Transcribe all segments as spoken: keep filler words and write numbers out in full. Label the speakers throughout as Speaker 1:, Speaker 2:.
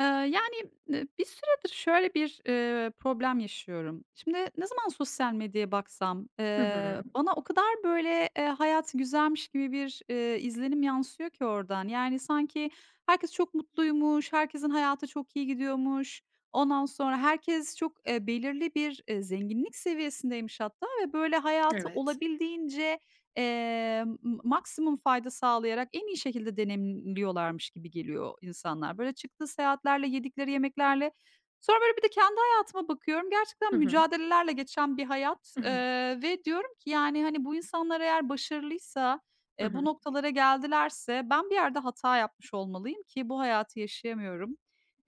Speaker 1: Eee, yani, eee, bir süredir şöyle bir, eee, problem yaşıyorum. Şimdi ne zaman sosyal medyaya baksam,
Speaker 2: Hı
Speaker 1: eee,
Speaker 2: hı.
Speaker 1: bana o kadar böyle, eee, hayat güzelmiş gibi bir, eee, izlenim yansıyor ki oradan. Yani, sanki herkes çok mutluymuş, herkesin hayatı çok iyi gidiyormuş. Ondan sonra herkes çok, eee, belirli bir, eee, zenginlik seviyesindeymiş hatta ve böyle hayatı
Speaker 2: Evet.
Speaker 1: olabildiğince Eee, m maksimum fayda sağlayarak en iyi şekilde deneyimliyorlarmış gibi geliyor insanlar. Böyle çıktığı seyahatlerle, yedikleri yemeklerle. Sonra böyle bir de kendi hayatıma bakıyorum.
Speaker 2: Hı
Speaker 1: Gerçekten
Speaker 2: hı.
Speaker 1: mücadelelerle geçen bir hayat,
Speaker 2: Hı hı.
Speaker 1: eee, ve diyorum ki yani, hani, bu insanlar eğer başarılıysa,
Speaker 2: Hı
Speaker 1: eee, bu
Speaker 2: hı.
Speaker 1: noktalara geldilerse ben bir yerde hata yapmış olmalıyım ki bu hayatı yaşayamıyorum,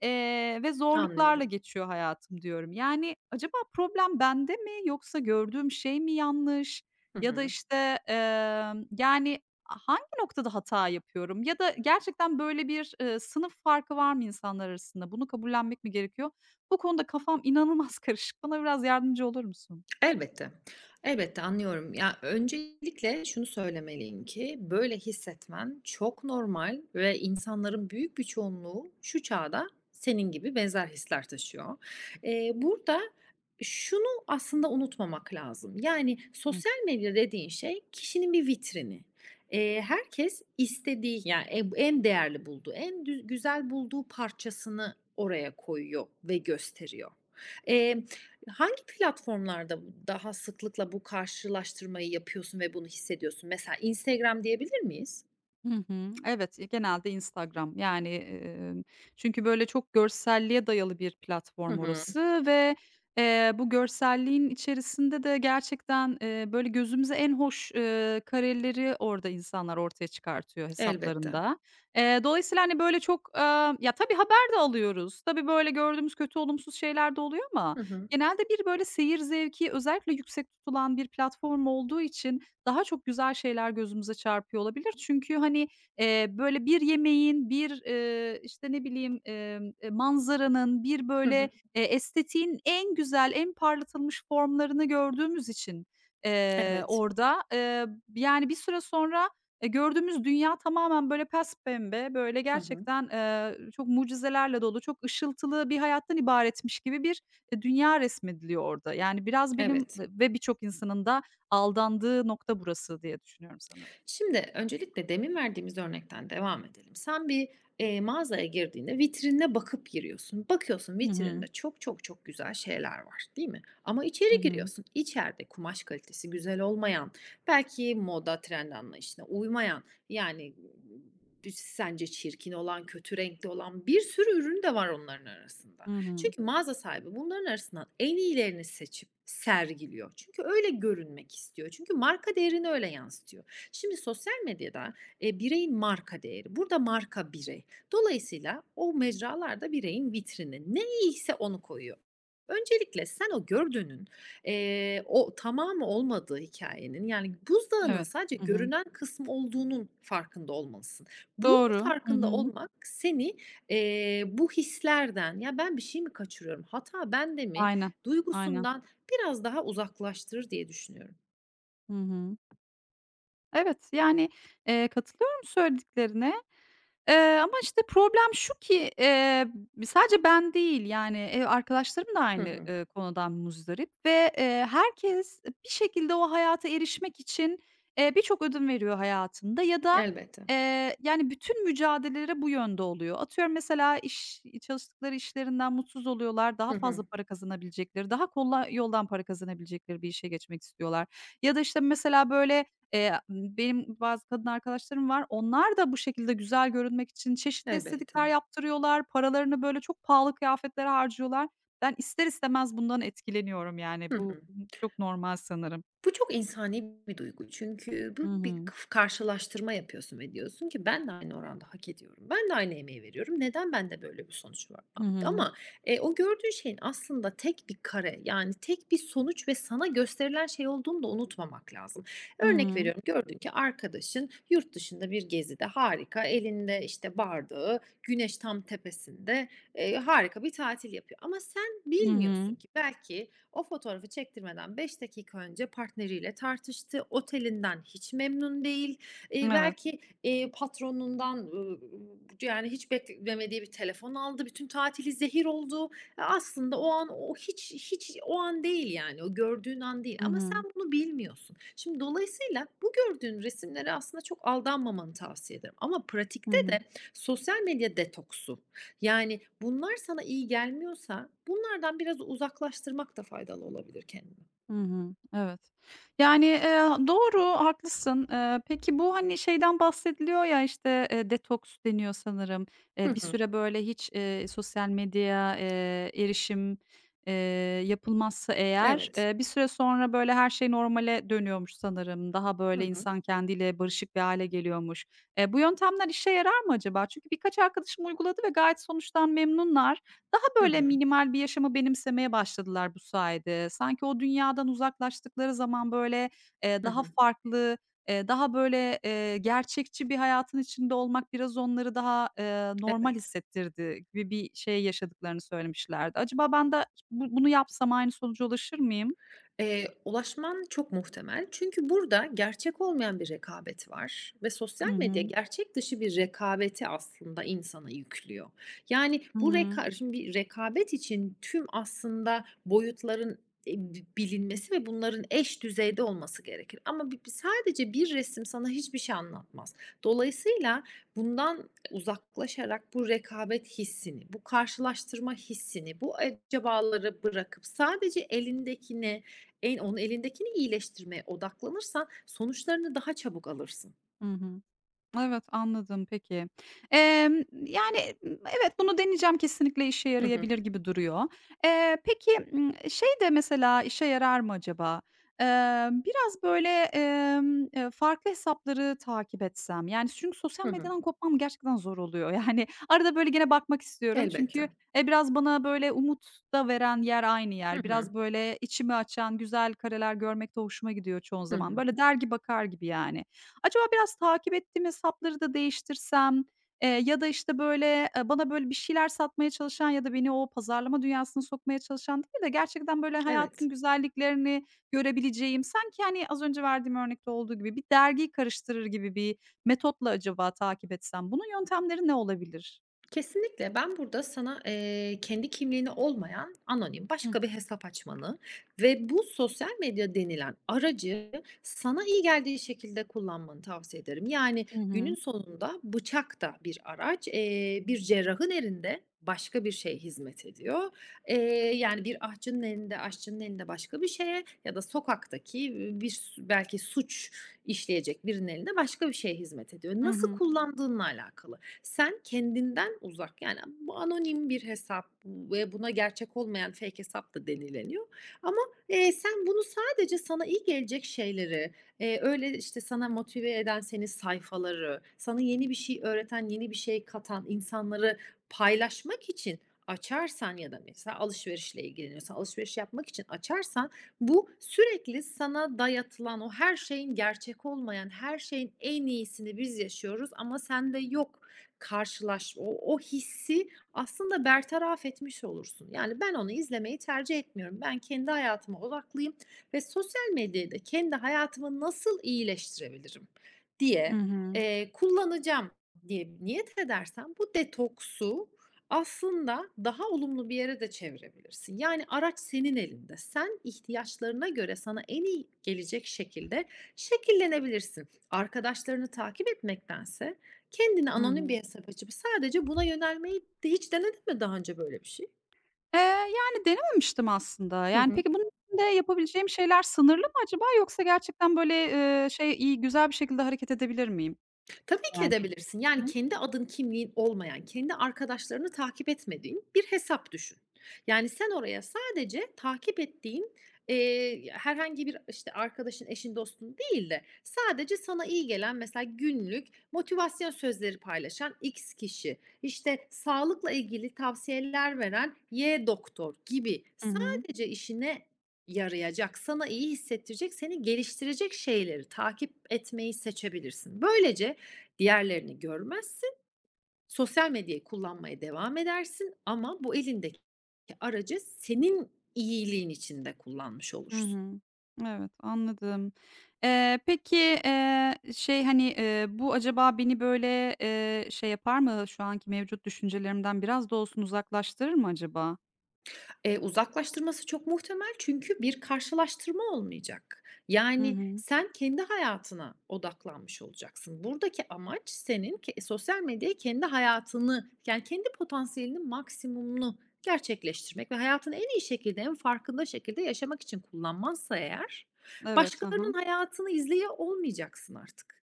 Speaker 1: eee, ve zorluklarla
Speaker 2: Anlıyorum.
Speaker 1: geçiyor hayatım diyorum. Yani acaba problem bende mi yoksa gördüğüm şey mi yanlış?
Speaker 2: Hı
Speaker 1: Ya da,
Speaker 2: hı.
Speaker 1: işte, emm, yani, hangi noktada hata yapıyorum ya da gerçekten böyle bir, eee, sınıf farkı var mı insanlar arasında? Bunu kabullenmek mi gerekiyor? Bu konuda kafam inanılmaz karışık. Bana biraz yardımcı olur musun?
Speaker 2: Elbette. Elbette anlıyorum. Ya, öncelikle şunu söylemeliyim ki böyle hissetmen çok normal ve insanların büyük bir çoğunluğu şu çağda senin gibi benzer hisler taşıyor. Eee, burada şunu aslında unutmamak lazım. Yani sosyal medya dediğin şey kişinin bir vitrini. Eee, herkes istediği yani en en değerli bulduğu, en dü güzel bulduğu parçasını oraya koyuyor ve gösteriyor. Hangi platformlarda bu daha sıklıkla bu karşılaştırmayı yapıyorsun ve bunu hissediyorsun? Mesela Instagram diyebilir miyiz?
Speaker 1: Hı hı. Evet, iii, genelde Instagram. Yani, emm, çünkü böyle çok görselliğe dayalı bir
Speaker 2: Hı
Speaker 1: platform
Speaker 2: hı.
Speaker 1: orası ve, eee, bu görselliğin içerisinde de gerçekten, eee, böyle gözümüze en hoş, eee, kareleri orada insanlar ortaya çıkartıyor
Speaker 2: Elbette.
Speaker 1: hesaplarında. Eee, dolayısıyla, hani, böyle çok, aaa, ya, tabii haber de alıyoruz. Tabii böyle gördüğümüz kötü, olumsuz şeyler de oluyor ama
Speaker 2: Hı hı.
Speaker 1: genelde bir böyle seyir zevki özellikle yüksek tutulan bir platform olduğu için daha çok güzel şeyler gözümüze çarpıyor olabilir. Çünkü, hani, eee, böyle bir yemeğin, bir, eee, işte, ne bileyim, emm, eee, manzaranın, bir
Speaker 2: Hı
Speaker 1: böyle,
Speaker 2: hı.
Speaker 1: eee, estetiğin en güzel, en parlatılmış formlarını gördüğümüz için, eee,
Speaker 2: Evet.
Speaker 1: orada, eee, yani, bir süre sonra, eee, gördüğümüz dünya tamamen böyle pembe böyle
Speaker 2: Hı hı.
Speaker 1: gerçekten, eee, çok mucizelerle dolu, çok ışıltılı bir hayattan ibaretmiş gibi bir, eee, dünya resmediliyor orada. Yani, biraz benim
Speaker 2: Evet.
Speaker 1: ve birçok insanın da aldandığı nokta burası diye düşünüyorum sanırım.
Speaker 2: Şimdi öncelikle demin verdiğimiz örnekten devam edelim. Sen bir, eee, mağazaya girdiğinde vitrinine bakıp giriyorsun. Bakıyorsun
Speaker 1: Hı hı.
Speaker 2: vitrinde çok çok çok güzel şeyler var, değil mi? Ama
Speaker 1: Hı
Speaker 2: içeri
Speaker 1: hı.
Speaker 2: giriyorsun. İçeride kumaş kalitesi güzel olmayan, belki moda trend anlayışına uymayan, yani, dü sence çirkin olan, kötü renkli olan bir sürü ürün de var onların arasında.
Speaker 1: Hı hı.
Speaker 2: Çünkü mağaza sahibi bunların arasından en iyilerini seçip sergiliyor. Çünkü öyle görünmek istiyor. Çünkü marka değerini öyle yansıtıyor. Şimdi sosyal medyada, eee, bireyin marka değeri. Burada marka birey. Dolayısıyla o mecralarda bireyin vitrini. Ne iyiyse onu koyuyor. Öncelikle sen o gördüğünün, eee, o tamamı olmadığı hikayenin yani buzdağının
Speaker 1: Evet.
Speaker 2: sadece
Speaker 1: Hı hı.
Speaker 2: görünen kısmı olduğunun farkında olmalısın. Bunun
Speaker 1: Doğru. Hı
Speaker 2: farkında
Speaker 1: hı.
Speaker 2: olmak seni, eee, bu hislerden, "Ya, ben bir şey mi kaçırıyorum, hata bende mi?"
Speaker 1: Aynen, aynen.
Speaker 2: duygusundan biraz daha uzaklaştırır diye düşünüyorum.
Speaker 1: Hı hı. Evet, yani, eee, katılıyorum söylediklerine. Eee, ama, işte, problem şu ki, eee, sadece ben değil, yani, ev arkadaşlarım da
Speaker 2: Hı
Speaker 1: aynı,
Speaker 2: hı.
Speaker 1: eee, konudan muzdarip ve, eee, herkes bir şekilde o hayata erişmek için, eee, birçok ödün veriyor hayatında ya da,
Speaker 2: Elbette.
Speaker 1: eee, yani, bütün mücadeleleri bu yönde oluyor. Atıyorum mesela iş çalıştıkları işlerinden mutsuz oluyorlar, daha
Speaker 2: Hı hı.
Speaker 1: fazla para kazanabilecekleri, daha kolay yoldan para kazanabilecekleri bir işe geçmek istiyorlar ya da, işte, mesela, böyle. Eee, benim bazı kadın arkadaşlarım var. Onlar da bu şekilde güzel görünmek için çeşitli
Speaker 2: Elbette.
Speaker 1: estetikler yaptırıyorlar. Paralarını böyle çok pahalı kıyafetlere harcıyorlar. Ben ister istemez bundan etkileniyorum yani.
Speaker 2: Hı
Speaker 1: Bu
Speaker 2: hı.
Speaker 1: bu çok normal sanırım.
Speaker 2: Bu çok insani bir duygu çünkü
Speaker 1: Hı
Speaker 2: bu bir
Speaker 1: hı.
Speaker 2: kıf karşılaştırma yapıyorsun ve diyorsun ki ben de aynı oranda hak ediyorum. Ben de aynı emeği veriyorum. Neden bende böyle bir sonuç var?
Speaker 1: Hı hı.
Speaker 2: ama, eee, o gördüğün şeyin aslında tek bir kare, yani tek bir sonuç ve sana gösterilen şey olduğunu da unutmamak lazım.
Speaker 1: Hı
Speaker 2: Örnek
Speaker 1: hı.
Speaker 2: veriyorum, gördün ki arkadaşın yurt dışında bir gezide harika, elinde, işte, bardağı, güneş tam tepesinde, eee, harika bir tatil yapıyor ama sen
Speaker 1: Hı hı.
Speaker 2: bilmiyorsun ki belki o fotoğrafı çektirmeden beş dakika önce partneriyle tartıştı. Otelinden hiç memnun değil. Eee,
Speaker 1: Evet.
Speaker 2: belki, eee, patronundan, ııı, yani hiç beklemediği bir telefon aldı. Bütün tatili zehir oldu. E, aslında o an o hiç hiç o an değil yani. O gördüğün an değil
Speaker 1: Hı
Speaker 2: ama
Speaker 1: hı.
Speaker 2: sen bunu bilmiyorsun. Şimdi dolayısıyla bu gördüğün resimlere aslında çok aldanmamanı tavsiye ederim ama
Speaker 1: Hı
Speaker 2: pratikte
Speaker 1: hı.
Speaker 2: de sosyal medya detoksu yani, bunlar sana iyi gelmiyorsa bunlardan biraz uzaklaştırmak da faydalı olabilir kendini.
Speaker 1: Hı hı. Evet. Yani, eee, doğru, haklısın. Eee, peki bu, hani, şeyden bahsediliyor ya, işte, eee, detoks deniyor sanırım. Eee,
Speaker 2: Hı
Speaker 1: bir
Speaker 2: hı.
Speaker 1: süre böyle hiç, eee, sosyal medya eee, erişim, eee, yapılmazsa eğer,
Speaker 2: Evet.
Speaker 1: eee, bir süre sonra böyle her şey normale dönüyormuş sanırım. Daha
Speaker 2: Hı
Speaker 1: böyle
Speaker 2: hı.
Speaker 1: insan kendiyle barışık bir hale geliyormuş. Eee, bu yöntemler işe yarar mı acaba? Çünkü birkaç arkadaşım uyguladı ve gayet sonuçtan memnunlar. Daha
Speaker 2: Hı
Speaker 1: böyle
Speaker 2: hı.
Speaker 1: minimal bir yaşamı benimsemeye başladılar bu sayede. Sanki o dünyadan uzaklaştıkları zaman böyle, eee,
Speaker 2: Hı
Speaker 1: daha
Speaker 2: hı.
Speaker 1: farklı, eee, daha böyle, eee, gerçekçi bir hayatın içinde olmak biraz onları daha, eee, normal
Speaker 2: Evet.
Speaker 1: hissettirdi gibi bir şey yaşadıklarını söylemişlerdi. Acaba ben de bu bunu yapsam aynı sonuca ulaşır mıyım?
Speaker 2: Eee, ulaşman çok muhtemel. Çünkü burada gerçek olmayan bir rekabet var ve sosyal
Speaker 1: Hı
Speaker 2: medya
Speaker 1: hı.
Speaker 2: gerçek dışı bir rekabeti aslında insana yüklüyor. Yani bu
Speaker 1: Hıı.
Speaker 2: reka Şimdi bir rekabet için tüm aslında boyutların, eee, bi bilinmesi ve bunların eş düzeyde olması gerekir ama bi bi sadece bir resim sana hiçbir şey anlatmaz. Dolayısıyla bundan uzaklaşarak bu rekabet hissini, bu karşılaştırma hissini, bu acabaları bırakıp sadece elindekine en onun elindekini iyileştirmeye odaklanırsan sonuçlarını daha çabuk alırsın.
Speaker 1: Hı hı. Hı. Evet, anladım, peki. Emm, yani, evet, bunu deneyeceğim, kesinlikle işe
Speaker 2: Hı hı.
Speaker 1: yarayabilir gibi duruyor. Eee, peki, ımm, şey de mesela işe yarar mı acaba? Eee, biraz böyle, emm, eee, farklı hesapları takip etsem, yani, çünkü sosyal
Speaker 2: Hı hı.
Speaker 1: medyadan kopmam gerçekten zor oluyor. Yani, arada böyle gene bakmak istiyorum çünkü,
Speaker 2: Elbette.
Speaker 1: eee, biraz bana böyle umut da veren yer aynı
Speaker 2: Hı
Speaker 1: yer.
Speaker 2: hı.
Speaker 1: Biraz böyle içimi açan güzel kareler görmek de hoşuma gidiyor çoğu
Speaker 2: Hı
Speaker 1: zaman. Böyle
Speaker 2: hı.
Speaker 1: dergi bakar gibi yani. Acaba biraz takip ettiğim hesapları da değiştirsem, eee, ya da, işte, böyle, eee, bana, böyle, bir şeyler satmaya çalışan ya da beni o pazarlama dünyasına sokmaya çalışan değil de gerçekten, böyle, hayatın
Speaker 2: Evet.
Speaker 1: güzelliklerini görebileceğim, sanki, hani, az önce verdiğim örnekte olduğu gibi bir dergiyi karıştırır gibi bir metotla acaba takip etsem, bunun yöntemleri ne olabilir?
Speaker 2: Kesinlikle. Ben burada sana, eee, kendi kimliğini olmayan anonim başka bir hesap açmanı ve bu sosyal medya denilen aracı sana iyi geldiği şekilde kullanmanı tavsiye ederim. Yani
Speaker 1: Hı
Speaker 2: günün
Speaker 1: hı.
Speaker 2: sonunda bıçak da bir araç. Eee, bir cerrahın elinde başka bir şeye hizmet ediyor. Eee, Yani bir ahçının elinde, aşçının elinde başka bir şeye ya da sokaktaki, bir su belki suç işleyecek birinin elinde başka bir şeye hizmet ediyor.
Speaker 1: Hı
Speaker 2: Nasıl
Speaker 1: hı.
Speaker 2: kullandığınla alakalı. Sen kendinden uzak, yani, Bu anonim bir hesap ve buna gerçek olmayan fake hesap da denileniyor ama, eee, sen bunu sadece sana iyi gelecek şeyleri, eee, öyle, işte, sana motive eden seni sayfaları, sana yeni bir şey öğreten, yeni bir şey katan insanları paylaşmak için açarsan ya da mesela alışverişle ilgileniyorsan, alışveriş yapmak için açarsan bu sürekli sana dayatılan o her şeyin gerçek olmayan, her şeyin en iyisini biz yaşıyoruz ama sende yok karşılaş o o hissi aslında bertaraf etmiş olursun. Yani ben onu izlemeyi tercih etmiyorum. Ben kendi hayatıma odaklıyım ve sosyal medyayı da kendi hayatımı nasıl iyileştirebilirim
Speaker 1: Hı
Speaker 2: diye,
Speaker 1: hı.
Speaker 2: eee, kullanacağım diye niyet edersen bu detoksu aslında daha olumlu bir yere de çevirebilirsin. Yani araç senin elinde. Sen ihtiyaçlarına göre sana en iyi gelecek şekilde şekillenebilirsin. Arkadaşlarını takip etmektense kendine
Speaker 1: Hı
Speaker 2: anonim
Speaker 1: hı.
Speaker 2: bir hesap açıp sadece buna yönelmeyi de hiç denedin mi daha önce böyle bir şey?
Speaker 1: Eee, yani denememiştim aslında.
Speaker 2: Hı
Speaker 1: Yani,
Speaker 2: hı.
Speaker 1: peki bunun içinde yapabileceğim şeyler sınırlı mı acaba yoksa gerçekten, böyle, eee, şey, iyi, güzel bir şekilde hareket edebilir miyim?
Speaker 2: Tabii ki
Speaker 1: Yani.
Speaker 2: edebilirsin.
Speaker 1: Hı
Speaker 2: Yani
Speaker 1: hı.
Speaker 2: kendi adın kimliğin olmayan, kendi arkadaşlarını takip etmediğin bir hesap düşün. Yani sen oraya sadece takip ettiğin, eee, herhangi bir, işte, arkadaşın, eşin, dostun değil de sadece sana iyi gelen mesela günlük motivasyon sözleri paylaşan X kişi, işte, sağlıkla ilgili tavsiyeler veren Y doktor gibi
Speaker 1: Hı hı.
Speaker 2: sadece işine yarayacak, sana iyi hissettirecek, seni geliştirecek şeyleri takip etmeyi seçebilirsin. Böylece diğerlerini görmezsin. Sosyal medyayı kullanmaya devam edersin ama bu elindeki aracı senin iyiliğin için de kullanmış
Speaker 1: Hı
Speaker 2: olursun.
Speaker 1: hı. Evet, anladım. Eee, peki, eee, şey, hani, eee, bu acaba beni, böyle, eee, şey yapar mı? Şu anki mevcut düşüncelerimden biraz da olsun uzaklaştırır mı acaba?
Speaker 2: Eee, uzaklaştırması çok muhtemel çünkü bir karşılaştırma olmayacak.
Speaker 1: Hı
Speaker 2: Yani
Speaker 1: hı.
Speaker 2: sen kendi hayatına odaklanmış olacaksın. Buradaki amaç senin ke sosyal medyaya kendi hayatını, yani kendi potansiyelinin maksimumunu gerçekleştirmek ve hayatını en iyi şekilde, en farkında şekilde yaşamak için kullanmansa eğer,
Speaker 1: Evet, aha
Speaker 2: başkalarının
Speaker 1: hı.
Speaker 2: hayatını izleye olmayacaksın artık.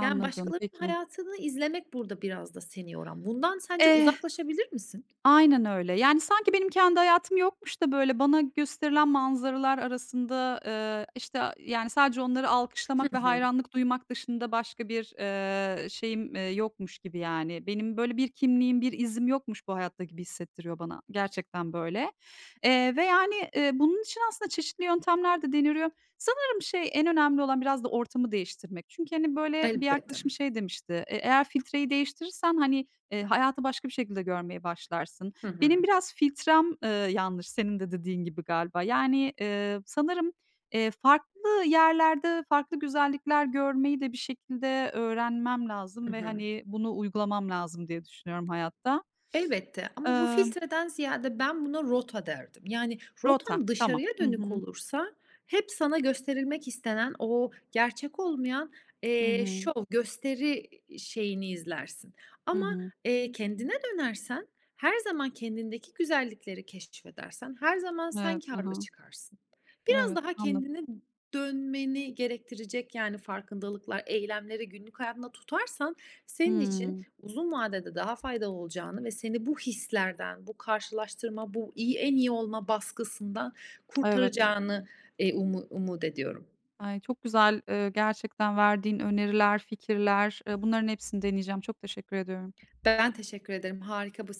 Speaker 2: Yani başkalarının
Speaker 1: peki.
Speaker 2: hayatını izlemek burada biraz da seni yoran. Bundan sence
Speaker 1: Eh,
Speaker 2: uzaklaşabilir misin?
Speaker 1: aynen öyle. Yani, sanki benim kendi hayatım yokmuş da, böyle, bana gösterilen manzaralar arasında, eee, işte, yani, sadece onları
Speaker 2: Hı
Speaker 1: alkışlamak ve
Speaker 2: hı.
Speaker 1: hayranlık duymak dışında başka bir, eee, şeyim, eee, yokmuş gibi, yani. Benim böyle bir kimliğim, bir izim yokmuş bu hayatta gibi hissettiriyor bana. Gerçekten böyle. Eee, ve, yani, eee, bunun için aslında çeşitli yöntemler de deneniyor. Sanırım şey, en önemli olan biraz da ortamı değiştirmek. Çünkü, hani, böyle, bir
Speaker 2: Elbette.
Speaker 1: arkadaşım şey demişti, "E, eğer filtreyi değiştirirsen, hani, Eee, hayatı başka bir şekilde görmeye başlarsın."
Speaker 2: Hı
Speaker 1: Benim
Speaker 2: hı.
Speaker 1: biraz filtrem, eee, yanlış senin de dediğin gibi galiba. Yani, eee, sanırım, eee, farklı yerlerde farklı güzellikler görmeyi de bir şekilde öğrenmem lazım
Speaker 2: Hı
Speaker 1: ve,
Speaker 2: hı.
Speaker 1: hani, bunu uygulamam lazım diye düşünüyorum hayatta.
Speaker 2: Elbette ama bu
Speaker 1: Emm,
Speaker 2: filtreden ziyade ben buna rota derdim. Yani
Speaker 1: rota,
Speaker 2: rotan
Speaker 1: tamam.
Speaker 2: dışarıya
Speaker 1: Hı
Speaker 2: dönük
Speaker 1: hı.
Speaker 2: olursa hep sana gösterilmek istenen o gerçek olmayan,
Speaker 1: Hı
Speaker 2: eee,
Speaker 1: hı.
Speaker 2: şov, gösteri şeyini izlersin.
Speaker 1: Hı
Speaker 2: Ama,
Speaker 1: hı.
Speaker 2: eee, kendine dönersen her zaman kendindeki güzellikleri keşfedersen her zaman sen
Speaker 1: Evet,
Speaker 2: karlı
Speaker 1: hı.
Speaker 2: çıkarsın.
Speaker 1: Evet,
Speaker 2: Biraz daha
Speaker 1: anladım.
Speaker 2: kendine dönmeni gerektirecek, yani, farkındalıklar, eylemleri günlük hayatında tutarsan senin için
Speaker 1: Hımm.
Speaker 2: uzun vadede daha faydalı olacağını ve seni bu hislerden, bu karşılaştırma, bu iyi en iyi olma baskısından
Speaker 1: Evet.
Speaker 2: kurtaracağını, eee, umu umut ediyorum.
Speaker 1: Ay, çok güzel, eee, gerçekten verdiğin öneriler, fikirler, eee, bunların hepsini deneyeceğim. Çok teşekkür ediyorum.
Speaker 2: Ben teşekkür ederim. Harika bu.